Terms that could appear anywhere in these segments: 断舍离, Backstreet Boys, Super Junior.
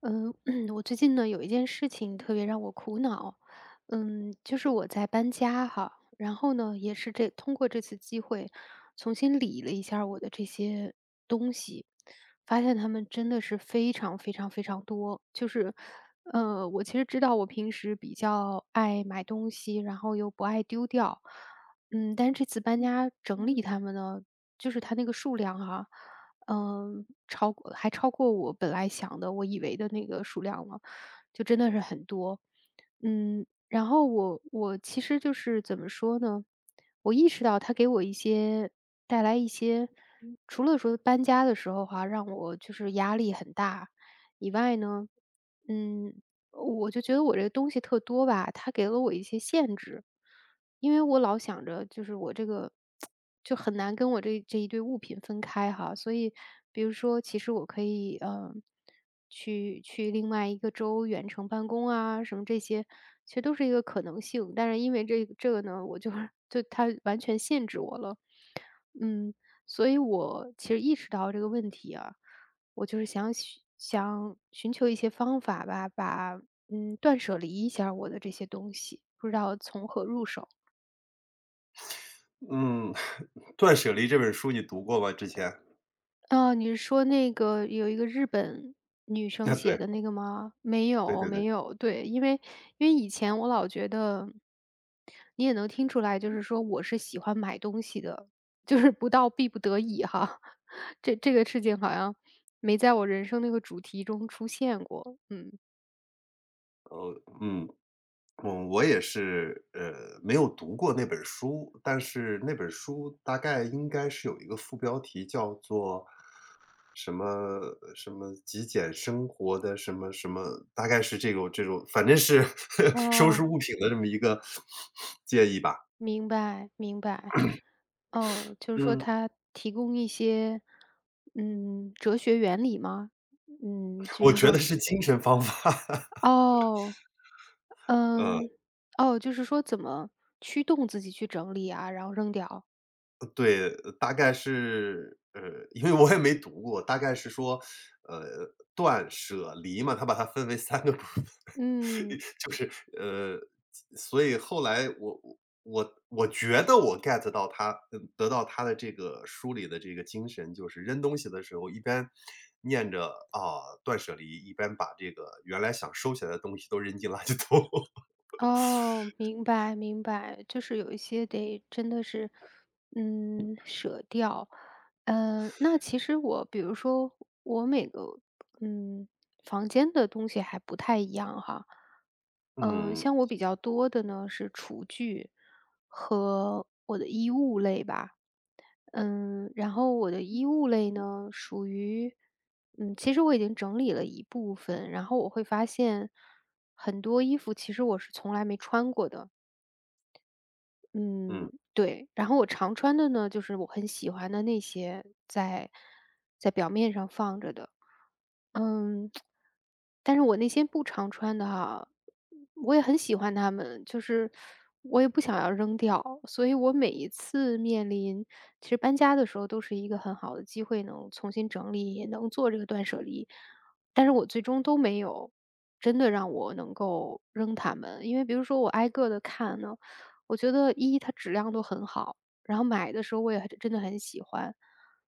嗯，我最近呢有一件事情特别让我苦恼，就是我在搬家哈，然后呢，也是这通过这次机会重新理了一下儿我的这些东西，发现它们真的是非常非常非常多。就是，我其实知道我平时比较爱买东西，然后又不爱丢掉，但是这次搬家整理它们呢，就是它那个数量哈。超过还超过我本来想的，我以为的那个数量了，就真的是很多。然后我其实就是怎么说呢？我意识到它给我一些带来一些，除了说搬家的时候哈、让我就是压力很大以外呢，嗯，我就觉得我这个东西特多吧，它给了我一些限制，因为我老想着就是我这个就很难跟我这一堆物品分开哈，所以比如说，其实我可以去另外一个州远程办公啊，什么这些，其实都是一个可能性。但是因为这个呢，我就 就它完全限制我了，嗯，所以我其实意识到这个问题啊，我就是想寻求一些方法吧，把断舍离一下我的这些东西，不知道从何入手。嗯，《断舍离》这本书你读过吗之前？啊，你是说那个有一个日本女生啊，写对，的那个吗？没对有，对对，没有。对，因为以前我老觉得，你也能听出来，就是说我是喜欢买东西的，就是不到必不得已哈。这个事情好像没在我人生那个主题中出现过。嗯，嗯，我也是，没有读过那本书，但是那本书大概应该是有一个副标题叫做什么什么极简生活的什么什么，大概是这种，反正是 收拾哦，物品的这么一个建议吧。明白，明白。哦，就是说嗯，它提供一些，哲学原理吗？嗯，就我是觉得说是精神方法，哦，嗯，嗯。哦，就是说怎么驱动自己去整理啊，然后扔掉。对，大概是因为我也没读过，大概是说，呃，断舍离嘛，它把它分为三个部分，嗯，就是呃，所以后来我觉得我 get 到他嗯得到他的这个书里的这个精神，就是扔东西的时候一边念着，啊，断舍离，一边把这个原来想收起来的东西都扔进垃圾桶。哦，明白明白，就是有一些得真的是，舍掉。那其实我比如说我每个，嗯，房间的东西还不太一样哈。嗯，像我比较多的呢是厨具和我的衣物类吧，然后我的衣物类呢属于，其实我已经整理了一部分，然后我会发现很多衣服其实我是从来没穿过的，嗯，嗯，对，然后我常穿的呢，就是我很喜欢的那些在表面上放着的。嗯，但是我那些不常穿的哈，我也很喜欢它们，就是我也不想要扔掉，所以我每一次面临其实搬家的时候都是一个很好的机会，能重新整理，也能做这个断舍离，但是我最终都没有真的让我能够扔它们，因为比如说我挨个的看呢。我觉得一它质量都很好，然后买的时候我也很真的很喜欢，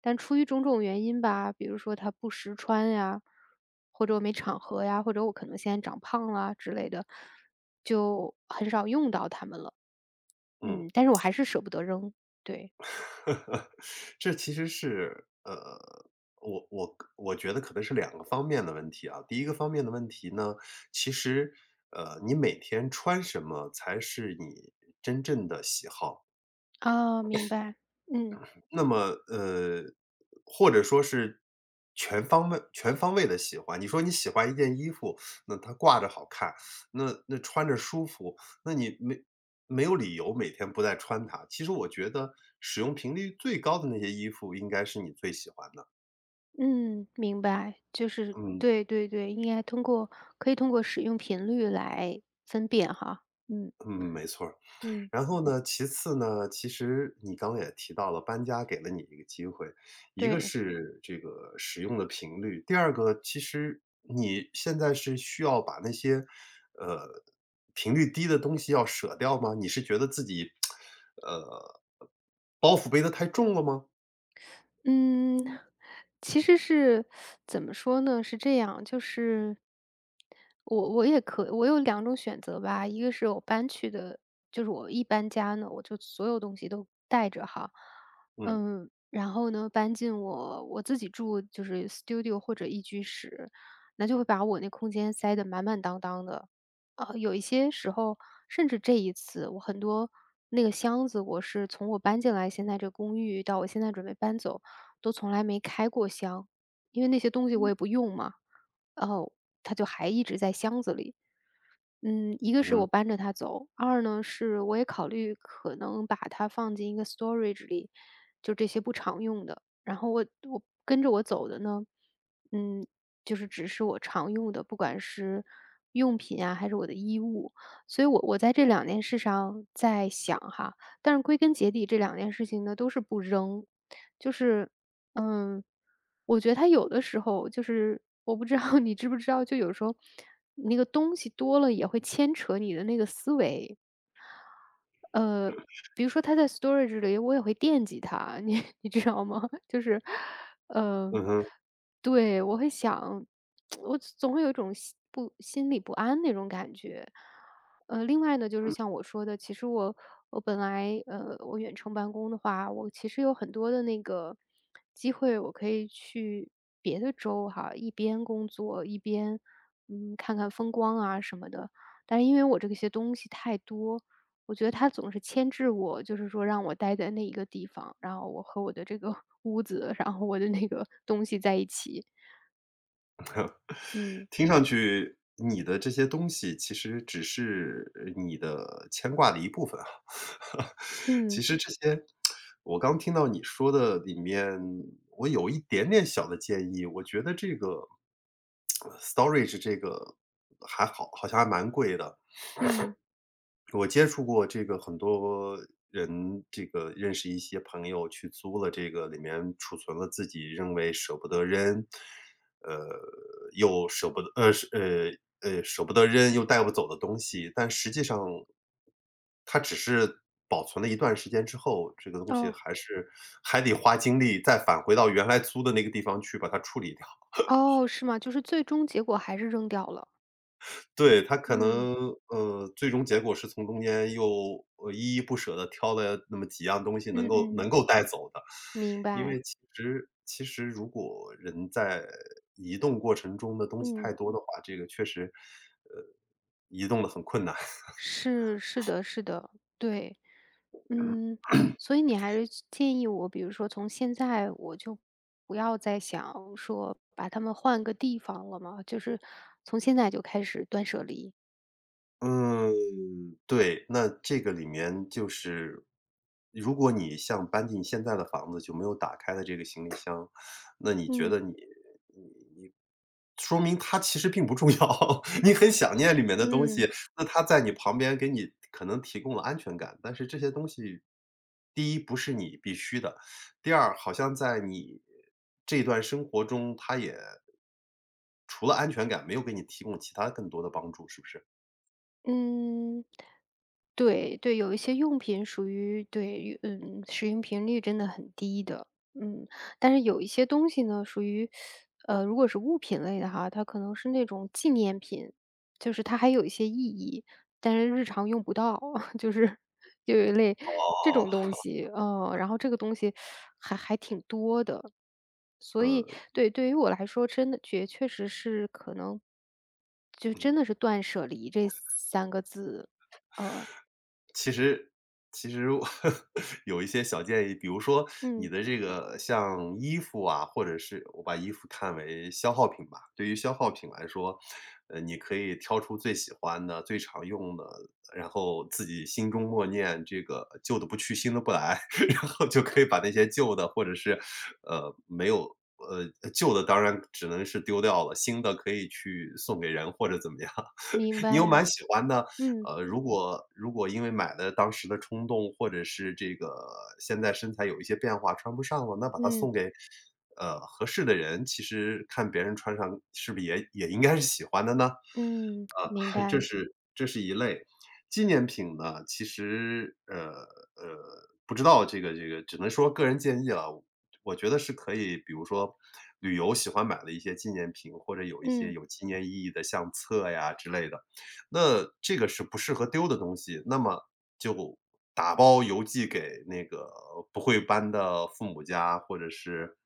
但出于种种原因吧，比如说它不实穿呀，或者我没场合呀，或者我可能现在长胖啦之类的，就很少用到它们了。嗯。但是我还是舍不得扔，对。这其实是，我觉得可能是两个方面的问题啊。第一个方面的问题呢，其实，你每天穿什么才是你真正的喜好。啊，明白。嗯那么，呃，或者说是全方位的喜欢。你说你喜欢一件衣服，那它挂着好看，那穿着舒服，那你没有理由每天不再穿它。其实我觉得使用频率最高的那些衣服应该是你最喜欢的。嗯，明白，就是嗯，对对对，应该通过可以通过使用频率来分辨哈。嗯嗯，没错儿。嗯，然后呢，其次呢，其实你刚刚也提到了，搬家给了你一个机会，一个对。是这个使用的频率，第二个其实你现在是需要把那些，呃，频率低的东西要舍掉吗？你是觉得自己，呃，包袱背得太重了吗？嗯，其实是怎么说呢？是这样，就是我我也可我有两种选择吧，一个是我搬去的就是我一搬家呢，我就所有东西都带着哈。嗯，然后呢，搬进我自己住就是 studio 或者一居室，那就会把我那空间塞得满满当当的。有一些时候，甚至这一次，我很多那个箱子，我是从我搬进来现在这公寓到我现在准备搬走，都从来没开过箱，因为那些东西我也不用嘛，然后它就还一直在箱子里。一个嗯是我哼搬着它走，二呢是我也考虑可能把它放进一个 storage 里，就这些不常用的。然后我跟着我走的呢，嗯，就是只是我常用的，不管是用品啊还是我的衣物，所以我在这两件事上在想哈，但是归根结底这两件事情呢都是不扔，就是嗯，我觉得他有的时候就是我不知道你知不知道，就有时候那个东西多了也会牵扯你的那个思维。呃，比如说他在 storage 里，我也会惦记他，你 你知道吗？就是，呃，嗯哼，对，我会想，我总会有一种心里不安那种感觉。另外呢，就是像我说的，其实我我本来呃，我远程办公的话，我其实有很多的那个机会，我可以去别的州哈，一边工作一边看看风光啊什么的。但是因为我这些东西太多，我觉得他总是牵制我，就是说让我待在那一个地方，然后我和我的这个 屋子，然后我的那个 东西在一起。嗯，听上去你的这些东西其实只是你的牵挂的一部分。其嗯，实这些我刚听到你说的里面，我有一点点小的建议。我觉得这个storage 这个还好，好像还蛮贵的。嗯，我接触过这个很多人，这个认识一些朋友去租了这个，里面储存了自己认为舍不得扔，呃，又舍不得，舍不得扔又带不走的东西，但实际上，它只是保存了一段时间之后，这个东西哦，还是还得花精力再返回到原来租的那个地方去把它处理掉。哦，是吗？就是最终结果还是扔掉了。对，他可嗯，能，最终结果是从中间又，依依不舍的挑了那么几样东西能嗯够嗯，能够带走的。明因白。为其实如果人在移动过程中的东西太嗯，多的话，这个确实，呃，移动的很困难。是是的是的，对。嗯，所以你还是建议我，比如说从现在我就不要再想说把它们换个地方了嘛，就是从现在就开始断舍离。嗯，对，那这个里面就是，如果你像搬进现在的房子就没有打开的这个行李箱，那你觉嗯得你你说明它其实并不重要，你很想念里面的东西，嗯那它在你旁边给你可能提供了安全感，但是这些东西，第一不是你必须的，第二好像在你这段生活中，它也除了安全感，没有给你提供其他更多的帮助，是不是？嗯，对对，有一些用品属于对，嗯，使用频率真的很低的，嗯。但是有一些东西呢，属于如果是物品类的哈，它可能是那种纪念品，就是它还有一些意义，但是日常用不到，就是就有一类这种哦，东西，然后这个东西还挺多的。所呃。以对，对于我来说，真的确实是可能就真的是断舍离这三个字，呃。其实其实我 有一些小建议，比如说你嗯，的这个像衣服啊，或者是我把衣服看为消耗品吧。对于消耗品来说，你可以挑出最喜欢的、最常用的，然后自己心中默念这个旧的不去，新的不来，然后就可以把那些旧的或者是呃没有。呃，旧的当然只能是丢掉了，新的可以去送给人或者怎么样。明你有白，蛮喜欢的，嗯，呃，如果因为买的当时的冲动，或者是这个现在身材有一些变化穿不上了，那把它嗯，送给，合适的人，其实看别人穿上是不是也也应该是喜欢的呢？嗯，明 这白，是一类。纪念品呢，其实，呃，不知道这个只能说个人建议了。我觉得是可以，比如说旅游喜欢买的一些纪念品，或者有一些嗯，有纪念意义的相册呀之类的，那这个是不适合丢的东西，那么就打包邮寄给那个不会搬的父母家，或者是，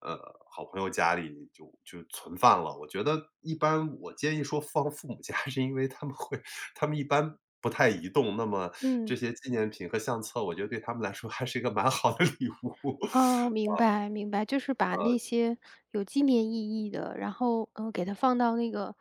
呃，好朋友家里就存放了。我觉得一般我建议说放父母家，是因为他们一般不太移动，那么嗯，这些纪念品和相册，我觉得对他们来说还是一个蛮好的礼物。哦，明白，明白，就是把那些有纪念意义的，然后，给它放到那个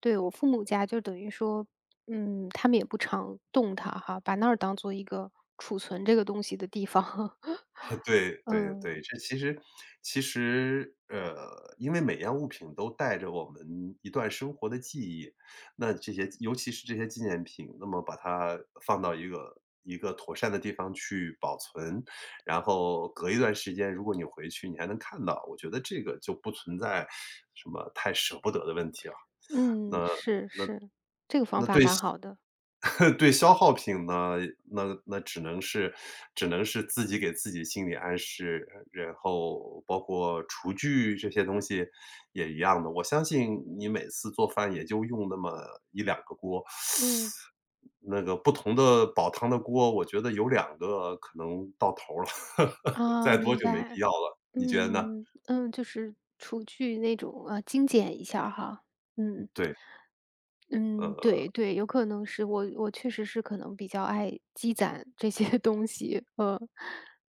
对，我父母家，就等于说，他们也不常动它哈，把那儿当做一个储存这个东西的地方。对对嗯，对，这其实因为每样物品都带着我们一段生活的记忆，那这些尤其是这些纪念品，那么把它放到一个妥善的地方去保存，然后隔一段时间，如果你回去，你还能看到，我觉得这个就不存在什么太舍不得的问题了。嗯，那是，是，这个方那法对 蛮好的，对，消耗品呢，那只能是自己给自己心理暗示，然后包括厨具这些东西也一样的。我相信你每次做饭也就用那么一两个锅，嗯，那个不同的煲汤的锅，我觉得有两个可能到头哈了，啊，再多明就没必白。要了，你觉得呢？嗯嗯，就是除去那种啊，精简一下儿哈。嗯对，嗯，对嗯，对，有可能是我确实是可能比较爱积攒这些 东西，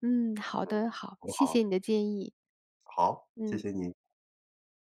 嗯，好的，好，谢谢好，你的建议。好，谢嗯。谢你。